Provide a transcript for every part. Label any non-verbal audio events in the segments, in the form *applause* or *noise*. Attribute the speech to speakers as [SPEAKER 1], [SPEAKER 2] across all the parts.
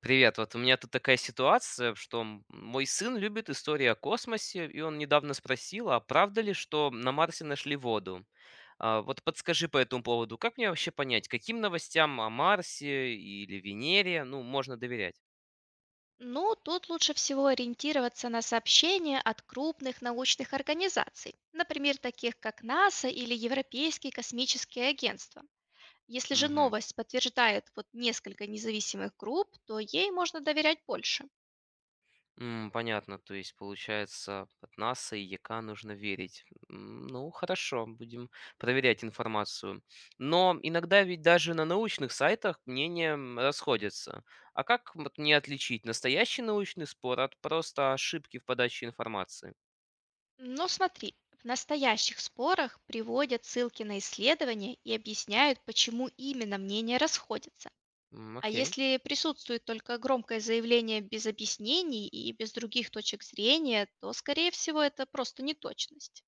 [SPEAKER 1] Привет, вот у меня тут такая ситуация, что мой сын любит истории о космосе, и он недавно спросил, а правда ли, что на Марсе нашли воду? А, вот подскажи по этому поводу, как мне вообще понять, каким новостям о Марсе или Венере, ну, можно доверять?
[SPEAKER 2] Ну, тут лучше всего ориентироваться на сообщения от крупных научных организаций, например, таких как НАСА или Европейские космические агентства. Если же
[SPEAKER 1] Мгм.
[SPEAKER 2] новость подтверждает вот несколько независимых групп, то ей можно доверять больше.
[SPEAKER 1] Понятно, то есть получается, от НАСА и ЯК нужно верить. Ну, хорошо, будем проверять информацию. Но иногда ведь даже на научных сайтах мнения расходятся. А как вот мне отличить настоящий научный спор от просто ошибки в подаче информации?
[SPEAKER 2] Но смотри, в настоящих спорах приводят ссылки на исследования и объясняют, почему именно мнения расходятся. А
[SPEAKER 1] Окей.
[SPEAKER 2] если присутствует только громкое заявление без объяснений и без других точек зрения, то, скорее всего, это просто неточность.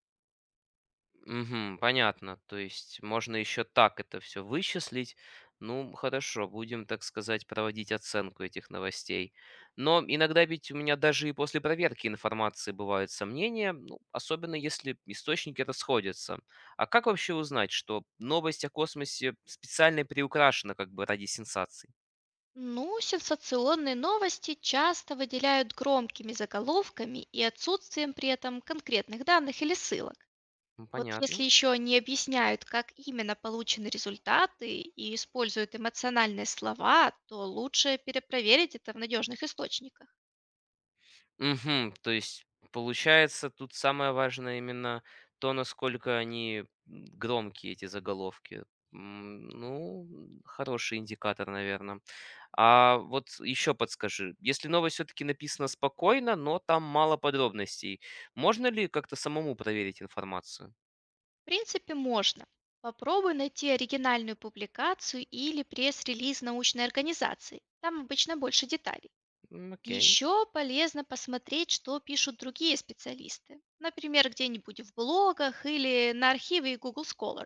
[SPEAKER 1] Мгм. Понятно. То есть можно еще так это все вычислить. Ну, хорошо, будем, так сказать, проводить оценку этих новостей. Но иногда ведь у меня даже и после проверки информации бывают сомнения, ну, особенно если источники расходятся. А как вообще узнать, что новость о космосе специально приукрашена как бы ради сенсаций?
[SPEAKER 2] Ну, сенсационные новости часто выделяют громкими заголовками и отсутствием при этом конкретных данных или ссылок.
[SPEAKER 1] Ну,
[SPEAKER 2] Вот
[SPEAKER 1] понятно.
[SPEAKER 2] если еще не объясняют, как именно получены результаты и используют эмоциональные слова, то лучше перепроверить это в надежных источниках.
[SPEAKER 1] Мгм. То есть получается, тут самое важное именно то, насколько они громкие, эти заголовки. Ну, хороший индикатор, наверное. А вот еще подскажи, если новость все-таки написана спокойно, но там мало подробностей, можно ли как-то самому проверить информацию?
[SPEAKER 2] В принципе, можно. Попробуй найти оригинальную публикацию или пресс-релиз научной организации. Там обычно больше деталей.
[SPEAKER 1] Окей.
[SPEAKER 2] Еще полезно посмотреть, что пишут другие специалисты. Например, где-нибудь в блогах или на архиве Google Scholar.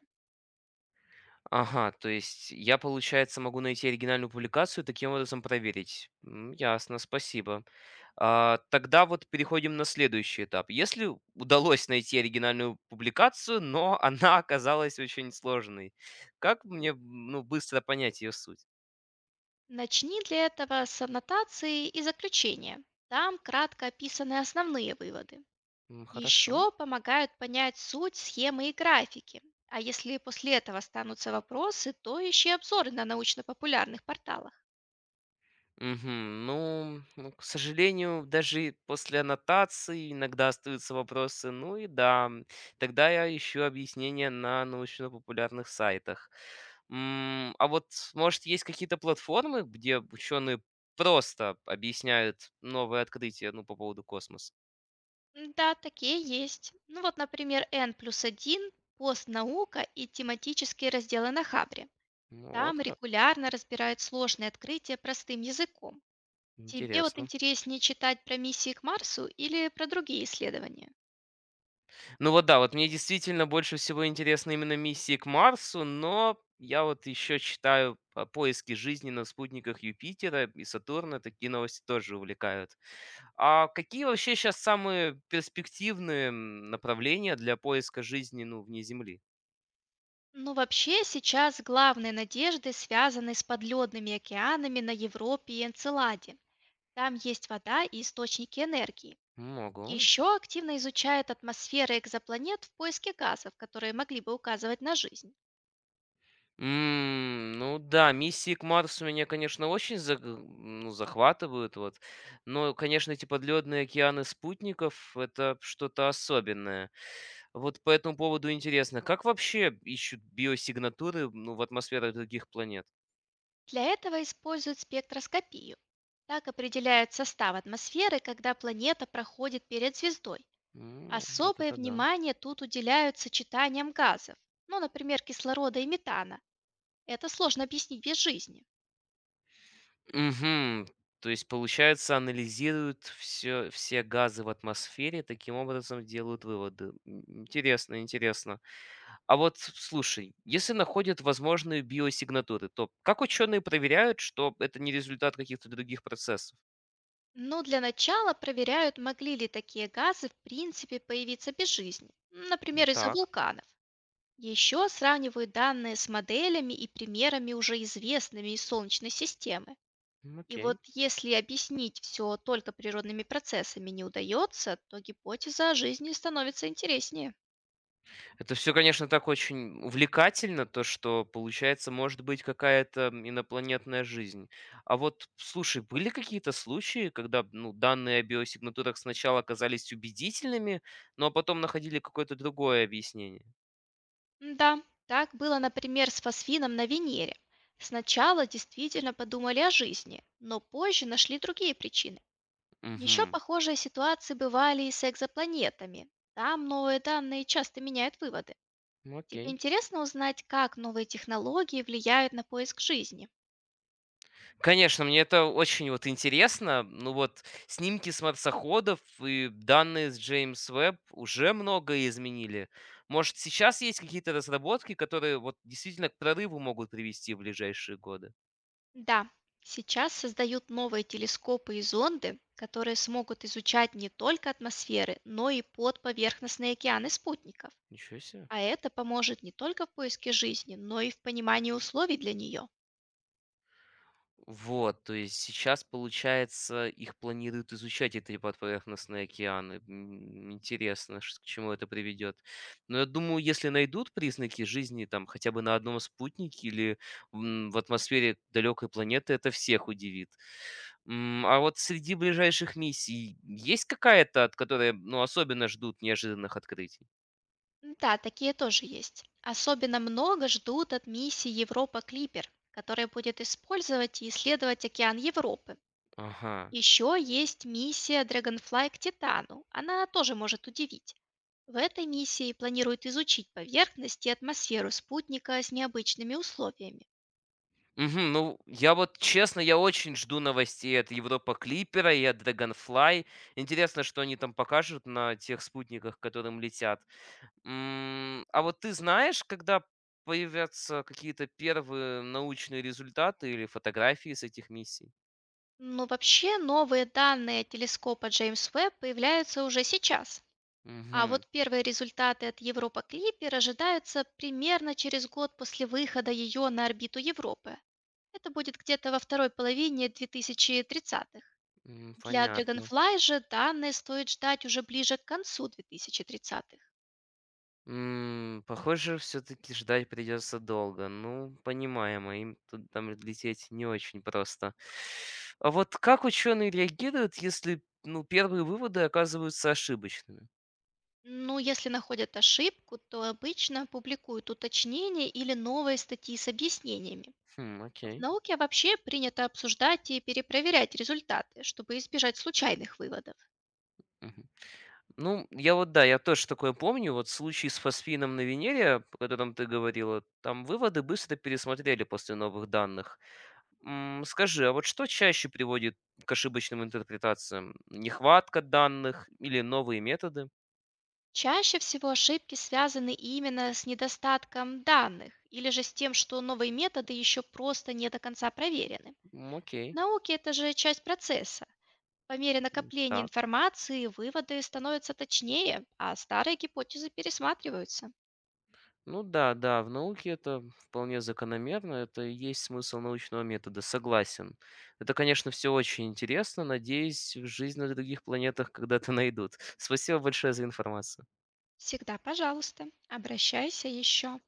[SPEAKER 1] Ага, то есть я, получается, могу найти оригинальную публикацию и таким образом проверить. Ясно, спасибо. А, тогда вот переходим на следующий этап. Если удалось найти оригинальную публикацию, но *laughs* она оказалась очень сложной, как мне ну, быстро понять ее суть?
[SPEAKER 2] Начни для этого с аннотации и заключения. Там кратко описаны основные выводы.
[SPEAKER 1] Хорошо.
[SPEAKER 2] Еще помогают понять суть схемы и графики. А если после этого останутся вопросы, то ищи обзоры на научно-популярных порталах.
[SPEAKER 1] Мгм. Ну, к сожалению, даже после аннотации иногда остаются вопросы. Ну и да, тогда я ищу объяснения на научно-популярных сайтах. А вот, может, есть какие-то платформы, где ученые просто объясняют новые открытия, ну, по поводу космоса?
[SPEAKER 2] М, да, такие есть. Ну вот, например, N плюс 1, пост «Наука» и тематические разделы на Хабре.
[SPEAKER 1] Ну, вот
[SPEAKER 2] Там
[SPEAKER 1] как.
[SPEAKER 2] регулярно разбирают сложные открытия простым языком. Тебе вот
[SPEAKER 1] Интересно.
[SPEAKER 2] интереснее читать про миссии к Марсу или про другие исследования?
[SPEAKER 1] Ну вот да, вот мне действительно больше всего интересны именно миссии к Марсу, но я вот еще читаю о поиске жизни на спутниках Юпитера и Сатурна, такие новости тоже увлекают. А какие вообще сейчас самые перспективные направления для поиска жизни ну, вне Земли?
[SPEAKER 2] Ну, вообще, сейчас главные надежды связаны с подледными океанами на Европе и Энцеладе. Там есть вода и источники энергии.
[SPEAKER 1] Могу.
[SPEAKER 2] Еще активно изучает атмосферы экзопланет в поиске газов, которые могли бы указывать на жизнь.
[SPEAKER 1] Ну да, миссии к Марсу меня, конечно, очень заг ну, захватывают, вот. Но, конечно, эти подледные океаны спутников- это что-то особенное. Вот по этому поводу интересно, как вообще ищут биосигнатуры, ну, в атмосферах других планет?
[SPEAKER 2] Для этого используют спектроскопию. Так определяют состав атмосферы, когда планета проходит перед звездой.
[SPEAKER 1] Вот
[SPEAKER 2] Особое
[SPEAKER 1] это да.
[SPEAKER 2] внимание тут уделяют сочетаниям газов, ну, например, кислорода и метана. Это сложно объяснить без жизни.
[SPEAKER 1] Мгм. То есть, получается, анализируют всё все газы в атмосфере, таким образом делают выводы. Интересно, интересно. А вот слушай, если находят возможные биосигнатуры, то как ученые проверяют, что это не результат каких-то других процессов?
[SPEAKER 2] Ну, для начала проверяют, могли ли такие газы в принципе появиться без жизни, например, из-за
[SPEAKER 1] Так,
[SPEAKER 2] вулканов. Еще сравнивают данные с моделями и примерами уже известными из Солнечной системы. И вот
[SPEAKER 1] окей.
[SPEAKER 2] если объяснить все только природными процессами не удается, то гипотеза о жизни становится интереснее.
[SPEAKER 1] Это все, конечно, так очень увлекательно, то, что, получается, может быть какая-то инопланетная жизнь. А вот, слушай, были какие-то случаи, когда ну, данные о биосигнатурах сначала оказались убедительными, но потом находили какое-то другое объяснение?
[SPEAKER 2] Да, так было, например, с фосфином на Венере. Сначала действительно подумали о жизни, но позже нашли другие причины. Еще
[SPEAKER 1] Угу,
[SPEAKER 2] похожие ситуации бывали и с экзопланетами. Там новые данные часто меняют выводы. Тебе
[SPEAKER 1] окей.
[SPEAKER 2] интересно узнать, как новые технологии влияют на поиск жизни?
[SPEAKER 1] Конечно, мне это очень вот интересно. Ну вот снимки с марсоходов и данные с Джеймс Веб уже многое изменили. Может, сейчас есть какие-то разработки, которые вот действительно к прорыву могут привести в ближайшие годы?
[SPEAKER 2] Да, сейчас создают новые телескопы и зонды, которые смогут изучать не только атмосферы, но и подповерхностные океаны спутников.
[SPEAKER 1] Ничего себе.
[SPEAKER 2] А это поможет не только в поиске жизни, но и в понимании условий для нее.
[SPEAKER 1] Вот, то есть сейчас, получается, их планируют изучать, эти подповерхностные океаны. Интересно, к чему это приведет. Но я думаю, если найдут признаки жизни там хотя бы на одном спутнике или в атмосфере далекой планеты, это всех удивит. А вот среди ближайших миссий есть какая-то, от которой ну, особенно ждут неожиданных открытий?
[SPEAKER 2] Да, такие тоже есть. Особенно много ждут от миссии Европа Клипер, которая будет использовать и исследовать океан Европы.
[SPEAKER 1] Ага.
[SPEAKER 2] Еще есть миссия Dragonfly к Титану. Она тоже может удивить. В этой миссии планируют изучить поверхность и атмосферу спутника с необычными условиями.
[SPEAKER 1] Мгм. Ну, я вот, честно, я очень жду новостей от Европа Клипера и от Dragonfly. Интересно, что они там покажут на тех спутниках, к которым летят. А вот ты знаешь, когда появятся какие-то первые научные результаты или фотографии с этих миссий?
[SPEAKER 2] Но вообще новые данные телескопа Джеймс Веб появляются уже сейчас. А
[SPEAKER 1] Угу.
[SPEAKER 2] вот первые результаты от Европа Клиппер ожидаются примерно через год после выхода ее на орбиту Европы. Это будет где-то во второй половине 2030-х. Для
[SPEAKER 1] Понятно.
[SPEAKER 2] Dragonfly же данные стоит ждать уже ближе к концу 2030-х.
[SPEAKER 1] Похоже, все-таки ждать придется долго. Ну, понимаемо, им тут там лететь не очень просто. А вот как ученые реагируют, если, ну, первые выводы оказываются ошибочными?
[SPEAKER 2] Ну, если находят ошибку, то обычно публикуют уточнения или новые статьи с объяснениями.
[SPEAKER 1] Хм,
[SPEAKER 2] В
[SPEAKER 1] окей.
[SPEAKER 2] науке вообще принято обсуждать и перепроверять результаты, чтобы избежать случайных выводов.
[SPEAKER 1] Мгм. Ну, я вот, да, я тоже такое помню. Вот случай с фосфином на Венере, о котором ты говорила, там выводы быстро пересмотрели после новых данных. Скажи, а вот что чаще приводит к ошибочным интерпретациям? Нехватка данных или новые методы?
[SPEAKER 2] Чаще всего ошибки связаны именно с недостатком данных или же с тем, что новые методы еще просто не до конца проверены. В
[SPEAKER 1] Окей.
[SPEAKER 2] науке это же часть процесса. По мере накопления
[SPEAKER 1] Так.
[SPEAKER 2] информации выводы становятся точнее, а старые гипотезы пересматриваются.
[SPEAKER 1] Ну да, да, в науке это вполне закономерно, это и есть смысл научного метода, согласен. Это, конечно, все очень интересно, надеюсь, жизнь на других планетах когда-то найдут. *laughs* Спасибо большое за информацию.
[SPEAKER 2] Всегда, пожалуйста, обращайся еще.